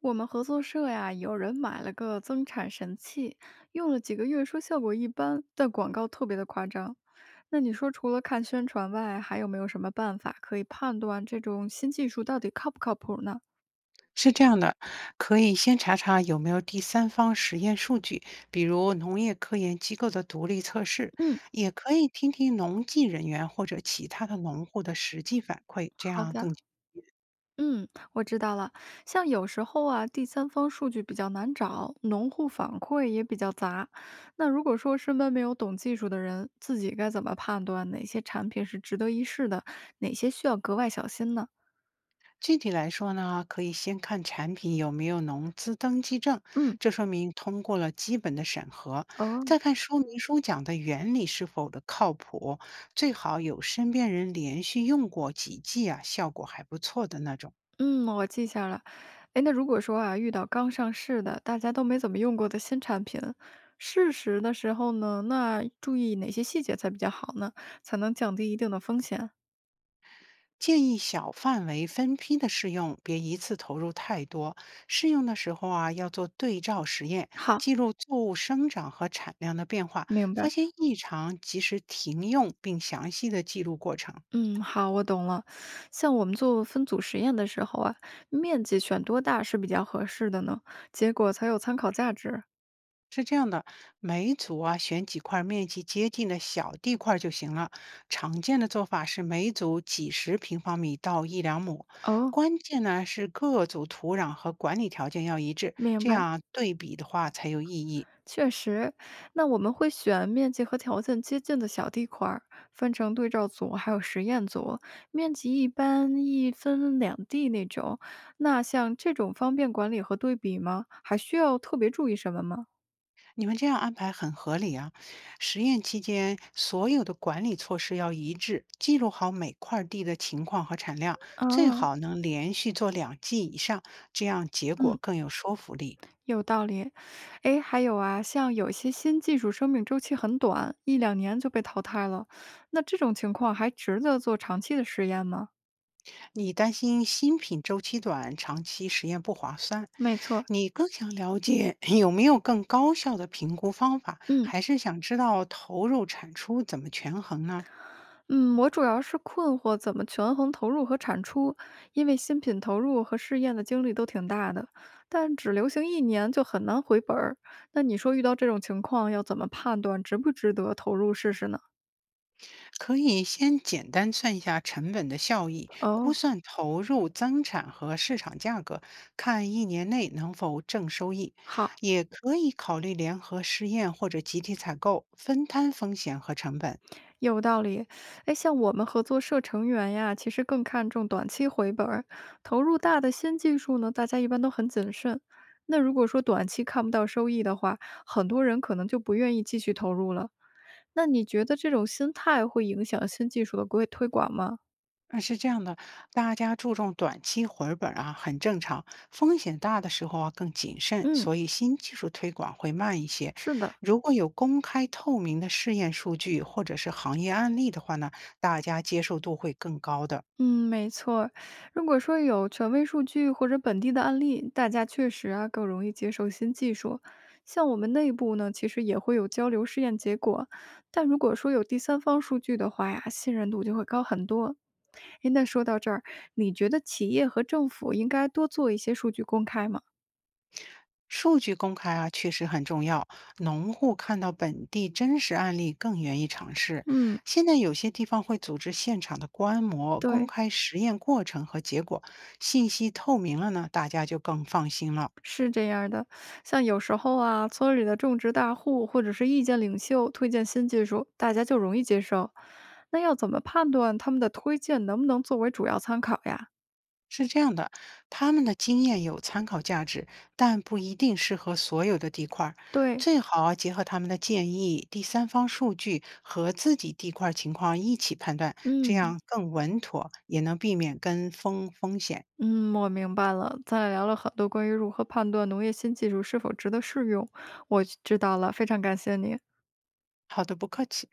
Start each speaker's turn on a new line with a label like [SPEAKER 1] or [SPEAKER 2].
[SPEAKER 1] 我们合作社呀，有人买了个增产神器，用了几个月，说效果一般，但广告特别的夸张。那你说，除了看宣传外，还有没有什么办法可以判断这种新技术到底靠不靠谱呢？
[SPEAKER 2] 是这样的，可以先查查有没有第三方实验数据，比如农业科研机构的独立测试，
[SPEAKER 1] 嗯，
[SPEAKER 2] 也可以听听农技人员或者其他的农户的实际反馈，这
[SPEAKER 1] 好
[SPEAKER 2] 样
[SPEAKER 1] 的，
[SPEAKER 2] 更
[SPEAKER 1] 嗯，我知道了。像有时候啊，第三方数据比较难找，农户反馈也比较杂。那如果说身边没有懂技术的人，自己该怎么判断哪些产品是值得一试的，哪些需要格外小心呢？
[SPEAKER 2] 具体来说呢，可以先看产品有没有农资登记证，
[SPEAKER 1] 嗯，
[SPEAKER 2] 这说明通过了基本的审核；再
[SPEAKER 1] 哦。
[SPEAKER 2] 看说明书讲的原理是否的靠谱，最好有身边人连续用过几剂啊，效果还不错的那种。
[SPEAKER 1] 嗯，我记下了。哎，那如果说啊，遇到刚上市的，大家都没怎么用过的新产品，试时的时候呢，那注意哪些细节才比较好呢？才能降低一定的风险？
[SPEAKER 2] 建议小范围分批的试用，别一次投入太多。试用的时候啊，要做对照实验，
[SPEAKER 1] 好，
[SPEAKER 2] 记录作物生长和产量的变化，
[SPEAKER 1] 明
[SPEAKER 2] 发
[SPEAKER 1] 白。
[SPEAKER 2] 现异常及时停用，并详细的记录过程。
[SPEAKER 1] 嗯，好，我懂了。像我们做分组实验的时候啊，面积选多大是比较合适的呢？结果才有参考价值。
[SPEAKER 2] 是这样的，每组啊选几块面积接近的小地块儿就行了。常见的做法是每组几十平方米到一两亩，
[SPEAKER 1] 哦，
[SPEAKER 2] 关键呢是各组土壤和管理条件要一致，
[SPEAKER 1] 明
[SPEAKER 2] 这
[SPEAKER 1] 白。
[SPEAKER 2] 样啊对比的话才有意义。
[SPEAKER 1] 确实，那我们会选面积和条件接近的小地块儿分成对照组还有实验组。面积一般一分两地那种。那像这种方便管理和对比吗？还需要特别注意什么吗？
[SPEAKER 2] 你们这样安排很合理啊！实验期间，所有的管理措施要一致，记录好每块地的情况和产量，最
[SPEAKER 1] 啊，
[SPEAKER 2] 好能连续做两季以上，这样结果
[SPEAKER 1] 嗯，
[SPEAKER 2] 更有说服力。
[SPEAKER 1] 有道理。诶，还有啊，像有些新技术生命周期很短，一两年就被淘汰了，那这种情况还值得做长期的实验吗？
[SPEAKER 2] 你担心新品周期短，长期实验不划算，
[SPEAKER 1] 没错，
[SPEAKER 2] 你更想了解 有没有更高效的评估方法，
[SPEAKER 1] 嗯。
[SPEAKER 2] 还是想知道投入产出怎么权衡呢？
[SPEAKER 1] 嗯，我主要是困惑怎么权衡投入和产出，因为新品投入和试验的精力都挺大的，但只流行一年就很难回本儿。那你说遇到这种情况要怎么判断值不值得投入试试呢？
[SPEAKER 2] 可以先简单算一下成本的效益，估
[SPEAKER 1] 哦，
[SPEAKER 2] 算投入增产和市场价格，看一年内能否正收益。
[SPEAKER 1] 好，
[SPEAKER 2] 也可以考虑联合试验或者集体采购，分摊风险和成本。
[SPEAKER 1] 有道理。哎，像我们合作社成员呀，其实更看重短期回本儿，投入大的新技术呢，大家一般都很谨慎。那如果说短期看不到收益的话，很多人可能就不愿意继续投入了。那你觉得这种心态会影响新技术的规推广吗？
[SPEAKER 2] 那是这样的，大家注重短期回本儿啊，很正常。风险大的时候啊，更谨慎，
[SPEAKER 1] 嗯，
[SPEAKER 2] 所以新技术推广会慢一些。
[SPEAKER 1] 是的，
[SPEAKER 2] 如果有公开透明的试验数据或者是行业案例的话呢，大家接受度会更高的。
[SPEAKER 1] 嗯，没错儿如果说有权威数据或者本地的案例，大家确实啊更容易接受新技术。像我们内部呢，其实也会有交流试验结果，但如果说有第三方数据的话呀，信任度就会高很多。诶，那说到这儿，你觉得企业和政府应该多做一些数据公开吗？
[SPEAKER 2] 数据公开啊，确实很重要。农户看到本地真实案例，更愿意尝试。
[SPEAKER 1] 嗯，
[SPEAKER 2] 现在有些地方会组织现场的观摩，公
[SPEAKER 1] 对。
[SPEAKER 2] 开实验过程和结果，信息透明了呢，大家就更放心了。
[SPEAKER 1] 是这样儿的，像有时候啊，村里的种植大户或者是意见领袖推荐新技术，大家就容易接受。那要怎么判断他们的推荐能不能作为主要参考呀？
[SPEAKER 2] 是这样的，他们的经验有参考价值，但不一定适合所有的地块儿。
[SPEAKER 1] 对，
[SPEAKER 2] 最好啊结合他们的建议、第三方数据和自己地块儿情况一起判断，这
[SPEAKER 1] 嗯，
[SPEAKER 2] 样更稳妥，也能避免跟风风险。
[SPEAKER 1] 嗯，我明白了。咱俩聊了很多关于如何判断农业新技术是否值得试用，我知道了，非常感谢你。
[SPEAKER 2] 好的，不客气。